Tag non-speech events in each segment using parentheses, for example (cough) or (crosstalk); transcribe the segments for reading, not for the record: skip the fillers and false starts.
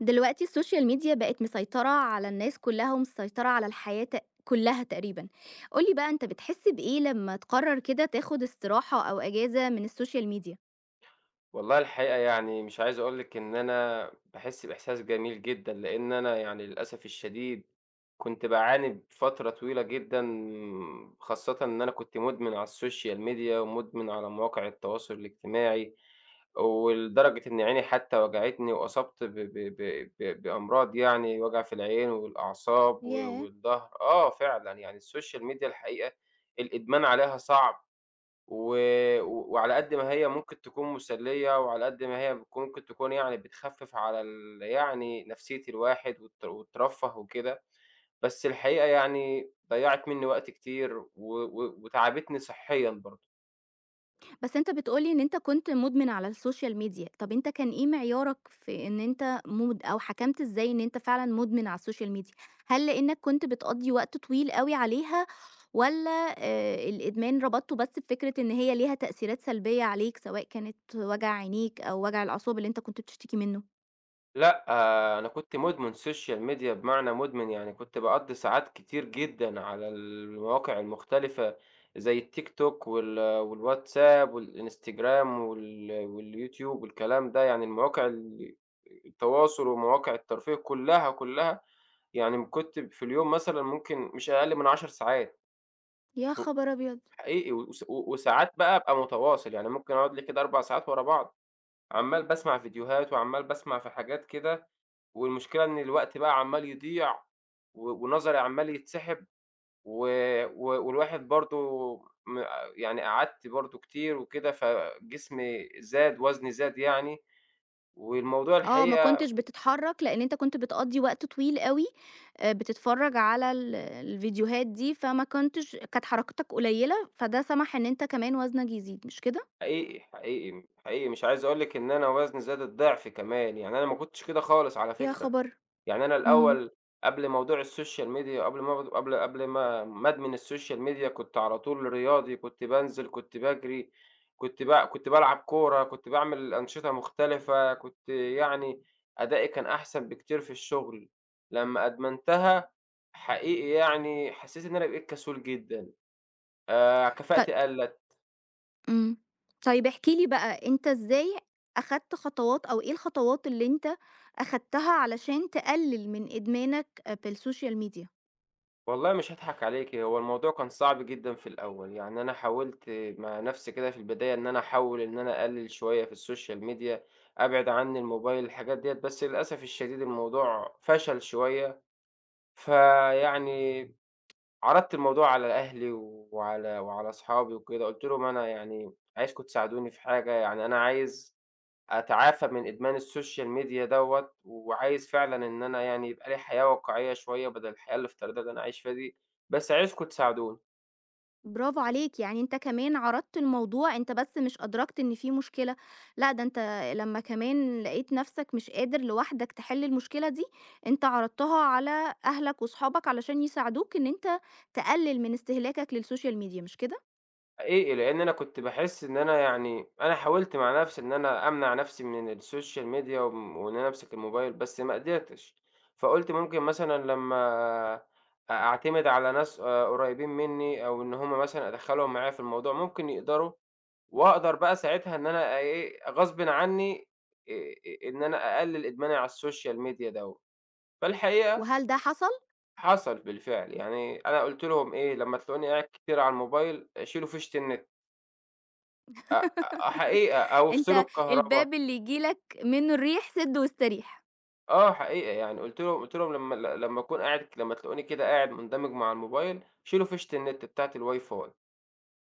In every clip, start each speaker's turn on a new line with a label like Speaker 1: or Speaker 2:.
Speaker 1: دلوقتي السوشيال ميديا بقت مسيطرة على الناس كلها ومسيطرة على الحياة كلها تقريبا. قول لي بقى انت بتحس بإيه لما تقرر كده تاخد استراحة او اجازة من السوشيال ميديا؟
Speaker 2: والله الحقيقة مش عايز أقول لِك إن أنا باحس بإحساس جميل جدًا، لإن أنا للأسف الشديد كنت باعاني فترة طويلة جدًا، خاصةً إن أنا كنت مدمن على السوشيال ميديا ومدمن على مواقع التواصل الاجتماعي، ولدرجة إن عيني حتى وجعتني وأصبت ب ب ب ب بأمراض، يعني وجع في العين والأعصاب و
Speaker 1: ياه!
Speaker 2: والضهر. آه فعلًا، يعني السوشيال ميديا الحقيقة الإدمان عليها صعب. و وعلى قد ما هي ممكن تكون مسلية، وعلى قد ما هي بتكون ممكن تكون بتخفف على ال يعني نفسية الواحد وترفّه وكده، بس الحقيقة ضيّعت منّي وقت كتير و و وتعبتني صحيًا برضه.
Speaker 1: بس أنت بتقول لي إن أنت كنت مدمن على السوشيال ميديا، طب أنت كان إيه معيارك في إن أنت مد أو حكمت إزاي إن أنت فعلًا مدمن على السوشيال ميديا؟ هل لإنك كنت بتقضّي وقت طويل أوي عليها، والّا الإدمان ربطته بس بفكرة إن هي ليها تأثيرات سلبية عليك، سواء كانت وجع عينيك أو وجع الأعصاب اللي أنت كنت بتشتكي منه؟
Speaker 2: لأ، آه، أنا كنت مدمن social media، بمعنى مدمن يعني كنت باقضّي ساعات كتير جدًا على المواقع المختلفة، زي التيك توك والواتساب والإنستجرام واليوتيوب والكلام ده، يعني المواقع التواصل ومواقع الترفيه كلّها، كلّها، يعني كنت في اليوم مثلًا ممكن مش أقل من 10 ساعات،
Speaker 1: يا خبر أبيض!
Speaker 2: حقيقي وساعات بقى أبقى متواصل، يعني ممكن أقعد لي كده 4 ساعات ورا بعض. عمّال باسمع فيديوهات، وعمّال باسمع في حاجات كده، والمشكلة إن الوقت بقى عمّال يضيع، ونظري عمّال يتسحب، و و والواحد برضه م يعني قعدت برضه كتير وكده، فجسمي زاد، وزني زاد يعني، والموضوع
Speaker 1: آه، ما
Speaker 2: الحقيقة
Speaker 1: كنتش بتتحرّك، لإن أنت كنت بتقضّي وقت طويل أوي بتتفرّج على الفيديوهات دي، فما كنتش كانت حركتك قليّلة، فده سَمح إن أنت كمان وزنك يزيد، مش كده؟
Speaker 2: حقيقي، حقيقي، حقيقي مش عايز أقول لِك إن أنا وزني زاد الضعف كمان، يعني أنا ما كنتش كده خالص على
Speaker 1: يا
Speaker 2: فكرة،
Speaker 1: خبر!
Speaker 2: يعني أنا
Speaker 1: إمم.
Speaker 2: الأول قبل موضوع السوشيال ميديا قبل ما أدمن السوشيال ميديا كنت على طول رياضي، كنت بانزل، كنت باجري، كنت بالعب كورة، كنت باعمل أنشطة مختلفة، كنت يعني أدائي كان أحسن بكتير في الشغل، لمّا أدمنتها حقيقي يعني حسيت إن أنا بقيت كسول جدًا،
Speaker 1: طي
Speaker 2: كفاءتي قَلّت.
Speaker 1: إمم. طيب احكِ لي بقى أنت إزاي أخدت خطوات أو إيه الخطوات اللي أنت أخدتها علشان تقلِّل من إدمانك بالسوشيال ميديا؟
Speaker 2: والله مش هاضحك عليكِ، هو الموضوع كان صعب جدًا في الأول، يعني أنا حاولت مع نفسي كده في البداية إن أنا أحاول إن أنا أقلل شوية في الSocial media، أبعد عني الموبايل الحاجات ديّة، بس للأسف الشديد الموضوع فشل شوية، فيعني عرضت الموضوع على أهلي وعلى أصحابي وكده، قُلت لهم: "أنا يعني عايزكم تساعدوني في حاجة، يعني أنا عايز" أتعافى من إدمان السوشيال ميديا دوّة، وعايز فعلًا إن أنا يعني يبقى لي حياة واقعية شوية بدل الحياة الافتراضية اللي أنا عايش فيها دي، بس عايزكم تساعدوني.
Speaker 1: برافو عليك، يعني أنت كمان عرضت الموضوع، أنت بس مش أدركت إن في مشكلة، لأ ده أنت لمّا كمان لقيت نفسك مش قادر لوحدك تحل المشكلة دي، أنت عرضتها على أهلك وصحابك علشان يساعدوك إن أنت تقلل من استهلاكك للسوشيال ميديا، مش كده؟
Speaker 2: حقيقي، لإن أنا كنت باحس إن أنا يعني أنا حاولت مع نفسي إن أنا أمنع نفسي من السوشيال ميديا وإن أنا أمسك الموبايل، بس ما قدرتش، فقُلت ممكن مثلًا لمّا أعتمد على ناس قريبين منّي أو إن هم مثلًا أدخّلهم معايا في الموضوع، ممكن يقدروا وأقدر بقى ساعتها إن أنا إيه، غصبٍ عنّي آآ إن أنا أقلِّل إدماني على الSocial Media دوّة. فالحقيقة
Speaker 1: وهل ده حصل؟
Speaker 2: حصل بالفعل، يعني أنا قُلت لهم إيه، لمّا تلاقوني قاعد كتير على الموبايل شيلوا فيشة النت، أ أ
Speaker 1: (laughs)
Speaker 2: حقيقة، أو افصلوا
Speaker 1: أنت
Speaker 2: الكهربا.
Speaker 1: الباب اللي ييجي لك منه الريح سِدّه واستريح.
Speaker 2: آه حقيقة، يعني قُلت لهم لمّا لمّا أكون قاعد لمّا تلاقوني كده قاعد مندمج مع الموبايل، شيلوا فيشة النت بتاعة الWiFi.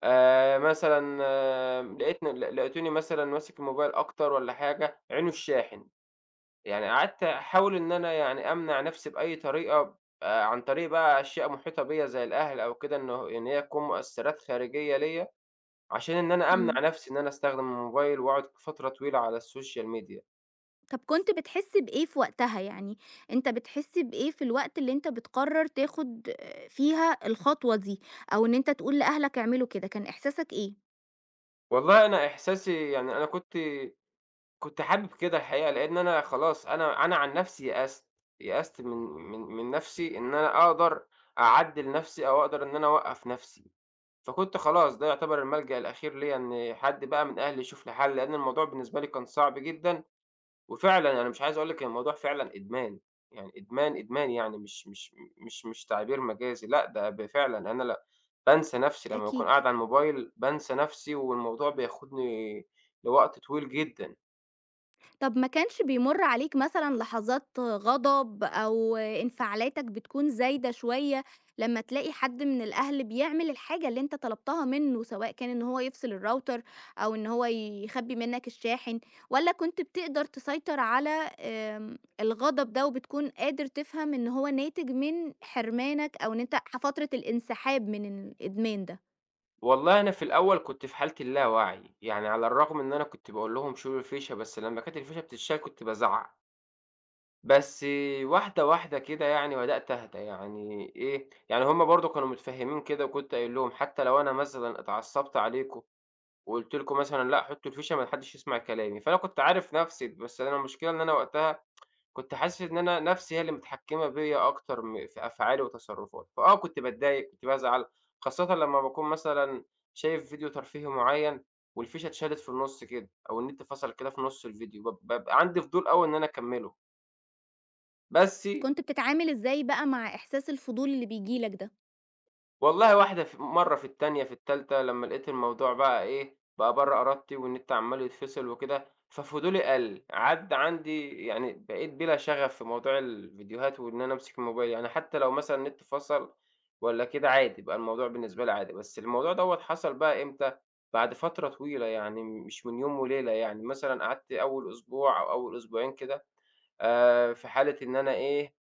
Speaker 2: مثلًا آه لقيتني لقيتوني مثلًا ماسك الموبايل أكتر والّا حاجة، عينه الشاحن. يعني قعدت أحاول إن أنا يعني أمنع نَفْسي بأي طريقة عن طريق بقى أشياء محيطة بيّا زي الأهل أو كده إنه إن هي تكون مؤثِّرات خارجية ليّا، عشان إن أنا أمنع
Speaker 1: إمم.
Speaker 2: نَفْسي إن أنا أستخدم الموبايل وأقعد فترة طويلة على السوشيال ميديا.
Speaker 1: طب كنت بتحس بإيه في وقتها؟ يعني أنت بتحس بإيه في الوقت اللي أنت بتقرر تاخد آه، فيها الخطوة دي، أو إن أنت تقول لأهلك اعملوا كده، كان إحساسك إيه؟
Speaker 2: والله أنا إحساسي يعني أنا كنت حابب كده الحقيقة، لإن أنا خلاص أنا عن نَفْسي يأست، يأست من نَفْسي إن أنا أقدر أعدِّل نَفْسي أو أقدر إن أنا أوقّف نَفْسي. فكنت خلاص ده يعتبر الملجأ الأخير ليّا إن حد بقى من أهلي يشوف لي حل، لإن الموضوع بالنسبة لي كان صعب جدًا، وفعلًا أنا مش عايز أقول لِك الموضوع فعلًا إدمان، يعني إدمان، إدمان يعني مش تعبير مجازي، لأ ده فعلًا أنا بانسى نفسي لمّا باكون
Speaker 1: أكيد.
Speaker 2: قاعد على الموبايل بانسى نفسي، والموضوع بياخدني لوقت طويل جدًا.
Speaker 1: طب ما كانش بيمُر عليك مثلًا لحظات غضب أو انفعالاتك بتكون زايدة شوية لمّا تلاقي حد من الأهل بيعمل الحاجة اللي أنت طلبتها منّه، سواء كان إن هو يفصل الراوتر أو إن هو يخبّي منّك الشاحن، والّا كنت بتقدر تسيطر على الغضب ده وبتكون قادر تفهم إن هو ناتج من حرمانك أو إن أنت ح فترة الانسحاب من الإدمان ده؟
Speaker 2: والله أنا في الأول كنت في حالة اللاوعي، يعني على الرغم إن أنا كنت باقول لهم شيلوا الفيشة، بس لمّا كانت الفيشة بتتشال كنت بازعّق. بس واحدة، واحدة كده يعني بدأت أهدى، يعني إيه، يعني هُم برضه كانوا متفهّمين كده، وكنت قايل لهم حتى لو أنا مثلًا اتعصّبت عليكم وقُلت لكم مثلًا لأ حطّوا الفيشة ما حدّش يسمع كلامي، فأنا كنت عارف نَفْسي، بس أنا المشكلة إن أنا وقتها كنت حاسس إن أنا نَفْسي هي اللي متحكّمة بيّا أكتر في أفعالي وتصرُّفاتي، فآه كنت باتضايق، كنت بازعل، خاصةً لمّا باكون مثلًا شايف فيديو ترفيهي معيّن والفيشة اتشالت في النُّص كده أو النت فَصَل كده في نُص الفيديو، بابقى عندي فضول أوي إن أنا أكمّله، بس
Speaker 1: كنت بتتعامل إزاي بقى مع إحساس الفضول اللي بييجي لك ده؟
Speaker 2: والله واحدة مرّة، في التانية، في التالتة، لمّا لقيت الموضوع بقى إيه، بقى برّه إرادتي والنت عمّال يتفصل وكده، ففضولي قَل، عدّى عندي يعني بقيت بلا شغف في موضوع الفيديوهات وإن أنا أمسك الموبايل، يعني حتى لو مثلًا النت فصل والّا كده عادي، بقى الموضوع بالنسبة لي عادي، بس الموضوع دوّة حصل بقى إمتى، بعد فترة طويلة يعني مش من يوم وليلة يعني، مثلًا قعدت أول أسبوع أو أول أسبوعين كده في حالة إن أنا إيه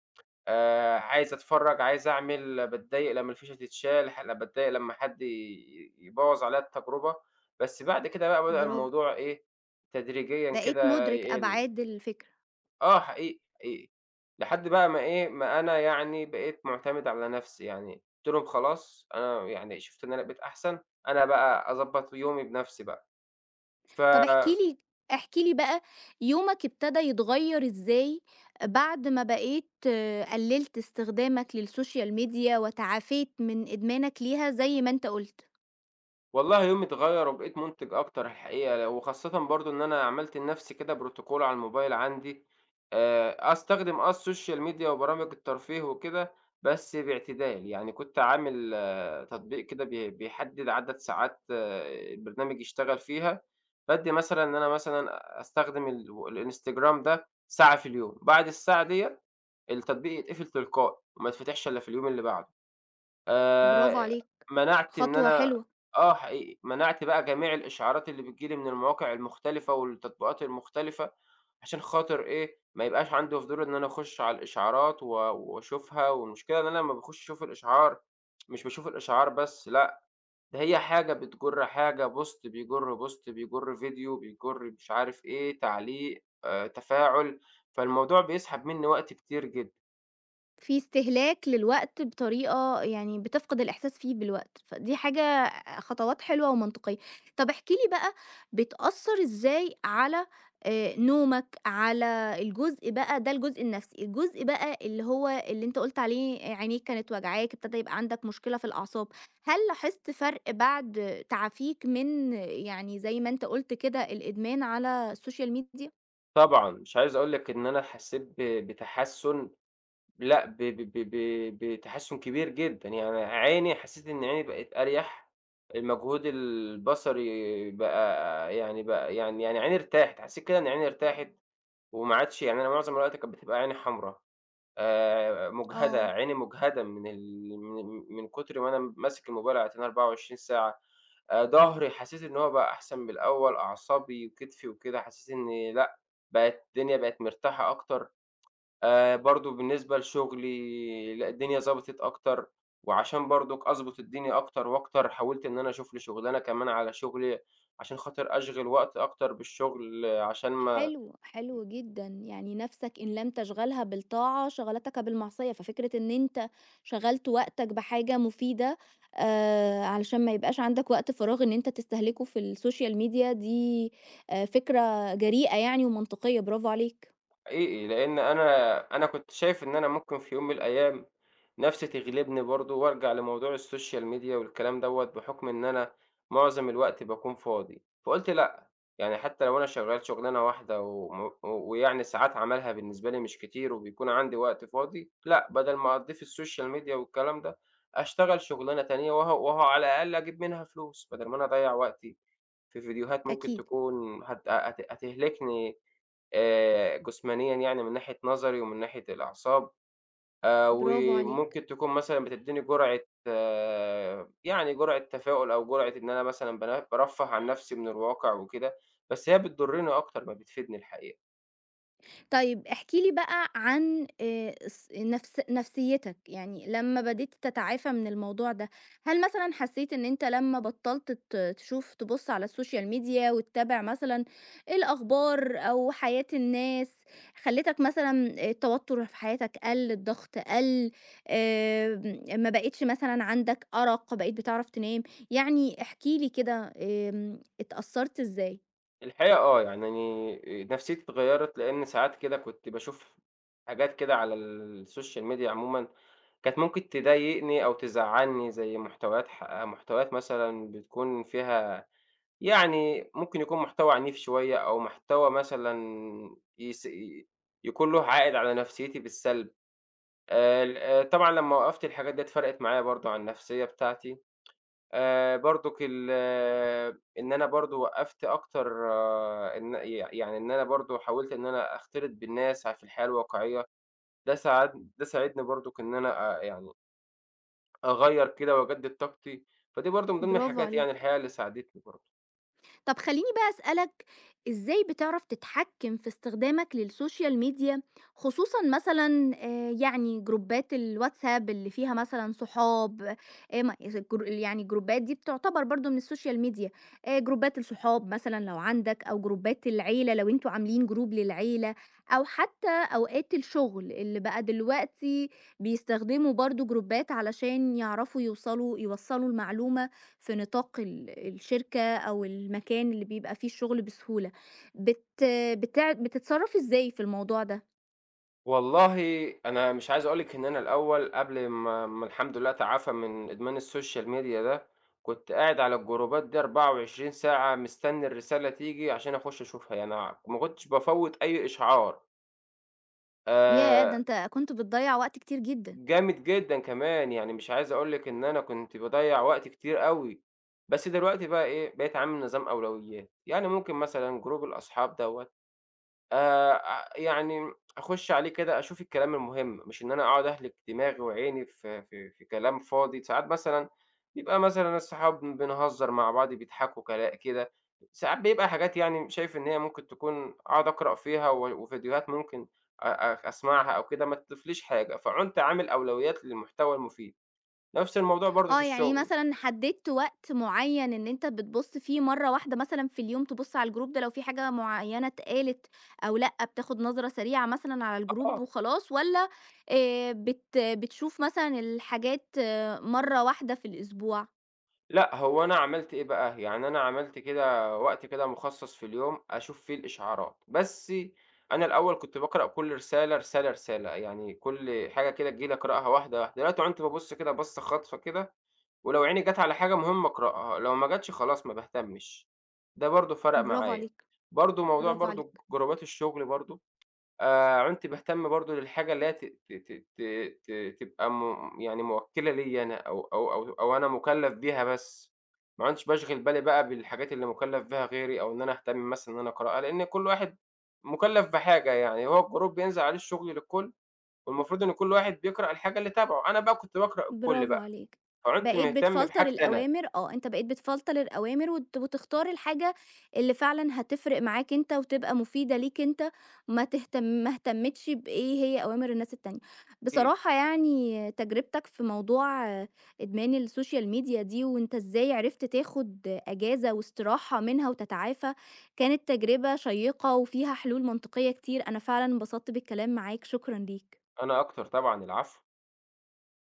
Speaker 2: عايز أتفرّج، عايز أعمل، باتضايق لمّا الفيشة تتشال، باتضايق لمّا حد يبوّظ عليّا التجربة، بس بعد كده بقى بدأ
Speaker 1: برافو،
Speaker 2: الموضوع إيه، تدريجيًا
Speaker 1: بقيت
Speaker 2: كده
Speaker 1: مُدرك
Speaker 2: يقِل.
Speaker 1: أبعاد الفكرة.
Speaker 2: آه حقيقي، حقيقي. لحد بقى ما إيه، ما أنا يعني بقيت مُعتمد على نَفْسي يعني، قُلت لهم خلاص أنا يعني شُفت إن أنا بقيت أحسن، أنا بقى أضبّط يومي بنَفْسي بقى. ف
Speaker 1: طب احكِ لي بقى، يومك ابتدى يتغيّر إزاي بعد ما بقيت آه، قلّلت استخدامك للسوشيال ميديا وتعافيت من إدمانك ليها زي ما أنت قُلت؟
Speaker 2: والله يومي اتغيّر وبقيت مُنتِج أكتر الحقيقة، وخاصةً برضه إن أنا عملت لنَفْسي كده protocol على الموبايل عندي، أستخدم آه الsocial media وبرامج الترفيه وكده، بس باعتدال، يعني كنت عامل آه، تطبيق كده بيحدِّد عدد ساعات آه، البرنامج يشتغل فيها، بادّي مثلًا إن أنا مثلًا أستخدم الInstagram ده ساعة في اليوم، بعد الساعة ديّة التطبيق يتقفل تلقائي وما يتفتحش إلا في اليوم اللي بعده.
Speaker 1: برافو
Speaker 2: آآ
Speaker 1: عليك،
Speaker 2: منعت إن
Speaker 1: خطوة
Speaker 2: أنا
Speaker 1: حلوة.
Speaker 2: آه حقيقي، منعت بقى جميع الإشعارات اللي بتيجي لي من المواقع المختلفة والتطبيقات المختلفة، عشان خاطر إيه، ما يبقاش عندي فضول إن أنا أخُش على الإشعارات وأشوفها، والمشكلة إن أنا لمّا باخُش أشوف الإشعار، مش باشوف الإشعار بس لأ، ده هي حاجة بتجُر حاجة، بوست بيجُر بوست، بيجُر فيديو، بيجُر مش عارف إيه، تعليق، تفاعل، فالموضوع بيسحب منّي وقت كتير جدًا.
Speaker 1: في استهلاك للوقت بطريقة يعني بتفقد الإحساس فيه بالوقت، فدي حاجة، خطوات حلوة ومنطقية. طب احكِ لي بقى، بتأثّر إزاي على نومك، على الجزء بقى ده الجزء النفسي، الجزء بقى اللي هو اللي أنت قُلت عليه عينيك كانت واجعاك، ابتدى يبقى عندك مشكلة في الأعصاب، هل لاحظت فرق بعد تعافيك من يعني زي ما أنت قُلت كده الإدمان على السوشيال ميديا؟
Speaker 2: طبعًا مش عايز أقول لك إن أنا حسّيت ب بتحسُّن لأ، ب ب ب ب بتحسُّن كبير جدًا، يعني عيني حسّيت إن عيني بقت أريح، المجهود البصري بقى يعني عيني ارتاحت، حسّيت كده إن عيني ارتاحت وما عادش يعني أنا معظم الوقت كانت بتبقى عيني حمرا، مُجهدة،
Speaker 1: آه.
Speaker 2: عيني مُجهدة من ال من من كُتر ما أنا ماسك الموبايل على تنين 24 ساعة، ضهري حسّيت إن هو بقى أحسن من الأول، أعصابي وكتفي وكده، حسّيت إن لأ، بقت مرتاحة أكتر. برضه بالنسبة لشُغلي، لأ الدنيا ضبطت أكتر، وعشان برضُك أضبط الدنيا أكتر وأكتر، حاولت إن أنا أشوف لي شُغلانة كمان على شُغلي، عشان خاطر أشغِل وقت أكتر بالشُغل، آه، عشان ما
Speaker 1: حلو، حلو جدًا، يعني نَفْسك إن لم تشغلها بالطاعة شغلتك بالمعصية، ففكرة إن أنت شغلت وقتك بحاجة مفيدة علشان ما يبقاش عندك وقت فراغ إن أنت تستهلكه في السوشيال ميديا دي، فكرة جريئة يعني ومنطقية، برافو عليك.
Speaker 2: حقيقي، لإن أنا كنت شايف إن أنا ممكن في يوم من الأيام نَفْسي تغلبني برضه وأرجع لموضوع الSocial Media والكلام دوّة بحُكم إن أنا معظم الوقت باكون فاضي، فقُلت لأ، يعني حتى لو أنا شغّال شُغلانة واحدة ويعني ساعات عملها بالنسبة لي مش كتير وبيكون عندي وقت فاضي، لأ، بدل ما أقضّيه في الSocial Media والكلام ده، أشتغل شُغلانة تانية وأهو على الأقل أجيب منها فلوس بدل ما أنا أضيّع وقتي. في فيديوهات ممكن
Speaker 1: أكيد،
Speaker 2: تكون هت هت هتهلكني جسمانيًا يعني من ناحية نظري ومن ناحية الأعصاب،
Speaker 1: برافو عليك.
Speaker 2: وممكن تكون مثلًا بتدّيني جرعة آه، يعني جرعة تفاؤل أو جرعة إن أنا مثلًا بارفّه عن نفسي من الواقع وكده، بس هي بتضرني أكتر ما بتفيدني الحقيقة.
Speaker 1: طيب احكِ لي بقى عن الص نفس نفسيتك، يعني لمّا بديت تتعافى من الموضوع ده، هل مثلًا حسيت إن أنت لمّا بطّلت تشوف تبُص على السوشيال ميديا وتتابع مثلًا الأخبار أو حياة الناس، خلّتك مثلًا التوتر في حياتك قَل، الضغط قَل، ما بقيتش مثلًا عندك أرق، بقيت بتعرف تنام، يعني احكِ لي كده اتأثّرت إزاي؟
Speaker 2: الحقيقة آه، يعني نفسيتي اتغيّرت لإن ساعات كده كنت باشوف حاجات كده على السوشيال ميديا عمومًا، كانت ممكن تضايقني أو تزعّلني زي محتويات مثلًا بتكون فيها يعني ممكن يكون محتوى عنيف شوية أو محتوى مثلًا يس ي يكون له عائد على نفسيتي بالسلب. ال آه، طبعًا لمّا وقّفت الحاجات ديّة فرقِت معايا برضه على النفسية بتاعتي. برضُك ال آه، إن أنا برضه وقّفت أكتر آه، إن يعني إن أنا برضه حاولت إن أنا أختلط بالناس في الحياة الواقعية، ده ساعدني برضُك إن أنا يعني أغيّر كده وأجدد طاقتي، فدي برضه من ضمن
Speaker 1: برافو
Speaker 2: الحاجات يعني
Speaker 1: عليك.
Speaker 2: الحقيقة اللي ساعدتني برضه.
Speaker 1: طب خليني بقى أسألك، إزاي بتعرف تتحكم في استخدامك للسوشيال ميديا، خصوصًا مثلًا يعني جروبات الواتساب اللي فيها مثلًا صحاب، ما جر يعني الجروبات دي بتعتبر برضه من السوشيال ميديا، جروبات الصحاب مثلًا لو عندك أو جروبات العيلة لو أنتم عاملين جروب للعيلة، أو حتى أوقات الشغل اللي بقى دلوقتي بيستخدموا برضه جروبات علشان يعرفوا يوصّلوا المعلومة في نطاق الشركة، أو المكان اللي بيبقى فيه الشغل بسهولة. بت بتع بتتصرّفي إزاي في الموضوع ده؟
Speaker 2: والله أنا مش عايز أقول لِك إن أنا الأول قبل ما الحمد لله أتعافى من إدمان الSocial media ده، كنت قاعد على الجروبات دي 24 ساعة مستني الرسالة تيجي عشان أخُش أشوفها، يعني ما كنتش بافوّت أي إشعار.
Speaker 1: ياه!
Speaker 2: آآ
Speaker 1: ده أنت كنت بتضيّع وقت كتير جدًا.
Speaker 2: جامد جدًا كمان، يعني مش عايز أقول لِك إن أنا كنت باضيّع وقت كتير أوي، بس دلوقتي بقى إيه، بقيت عامل نظام أولويات، يعني ممكن مثلًا جروب الأصحاب دوّة أ يعني أخُش عليه كده أشوف الكلام المهم، مش إن أنا أقعد أهلِك دماغي وعيني في كلام فاضي، ساعات مثلًا بيبقى مثلًا الصحاب بنهزّر مع بعض بيضحكوا كده، ساعات بيبقى حاجات يعني شايف إن هي ممكن تكون أقعد أقرأ فيها وفيديوهات ممكن أ أ أسمعها أو كده ما تضيفليش حاجة، فعنت عامل أولويات للمحتوى المفيد، نفس الموضوع برضه في
Speaker 1: آه، يعني
Speaker 2: الشغل.
Speaker 1: مثلًا حددت وقت معيّن إن أنت بتبُص فيه مرّة واحدة مثلًا في اليوم تبُص على الجروب ده لو في حاجة معيّنة اتقالت، أو لأ، بتاخد نظرة سريعة مثلًا على الجروب
Speaker 2: آه.
Speaker 1: وخلاص، والّا بت بتشوف مثلًا الحاجات آه، مرّة واحدة في الأسبوع؟
Speaker 2: لأ، هو أنا عملت إيه بقى، يعني أنا عملت كده وقت كده مخصص في اليوم أشوف فيه الإشعارات، بس أنا الأول كنت باقرأ كل رسالة، يعني كل حاجة كده تيجي لي أقرأها واحدة، واحدة، دلوقتي عنت بابُص كده بصّة خاطفة كده، ولو عيني جات على حاجة مهمة أقرأها، لو ما جاتش خلاص ما باهتمش، ده برضه فرق
Speaker 1: برافو
Speaker 2: معايا.
Speaker 1: عليك،
Speaker 2: برضه موضوع
Speaker 1: برافو
Speaker 2: برضه
Speaker 1: عليك.
Speaker 2: جروبات الشغل برضه عُنت باهتم برضه للحاجة اللي هي ت ت ت ت ت تبقى يعني مُوكّلة ليّا أنا أو أنا مُكلّف بيها بس، ما عُنتش باشغِل بالي بقى بالحاجات اللي مُكلّف بيها غيري أو إن أنا أهتم مثلًا إن أنا أقرأها، لإن كل واحد مُكلّف بحاجة يعني، هو الجروب بينزل عليه الشغل للكل والمفروض إن كل واحد بيقرأ الحاجة اللي تبعه، أنا بقى كنت باقرأ الكل
Speaker 1: برافو
Speaker 2: بقى،
Speaker 1: عليك.
Speaker 2: فعُنت
Speaker 1: بقيت
Speaker 2: مهتم
Speaker 1: بتفلتر
Speaker 2: بحاجتي أنا.
Speaker 1: الأوامر، آه، أنت بقيت بتفلتر الأوامر وت وتختار الحاجة اللي فعلًا هتفرق معاك أنت وتبقى مفيدة ليك أنت، ما اهتمتش بإيه هي أوامر الناس التانية.
Speaker 2: أكيد،
Speaker 1: بصراحة يعني تجربتك في موضوع آه، إدمان السوشيال ميديا دي وأنت إزاي عرفت تاخد أجازة واستراحة منها وتتعافى، كانت تجربة شيقة وفيها حلول منطقية كتير، أنا فعلًا انبسطت بالكلام معاك، شكرًا ليك.
Speaker 2: أنا أكتر طبعًا، العفو.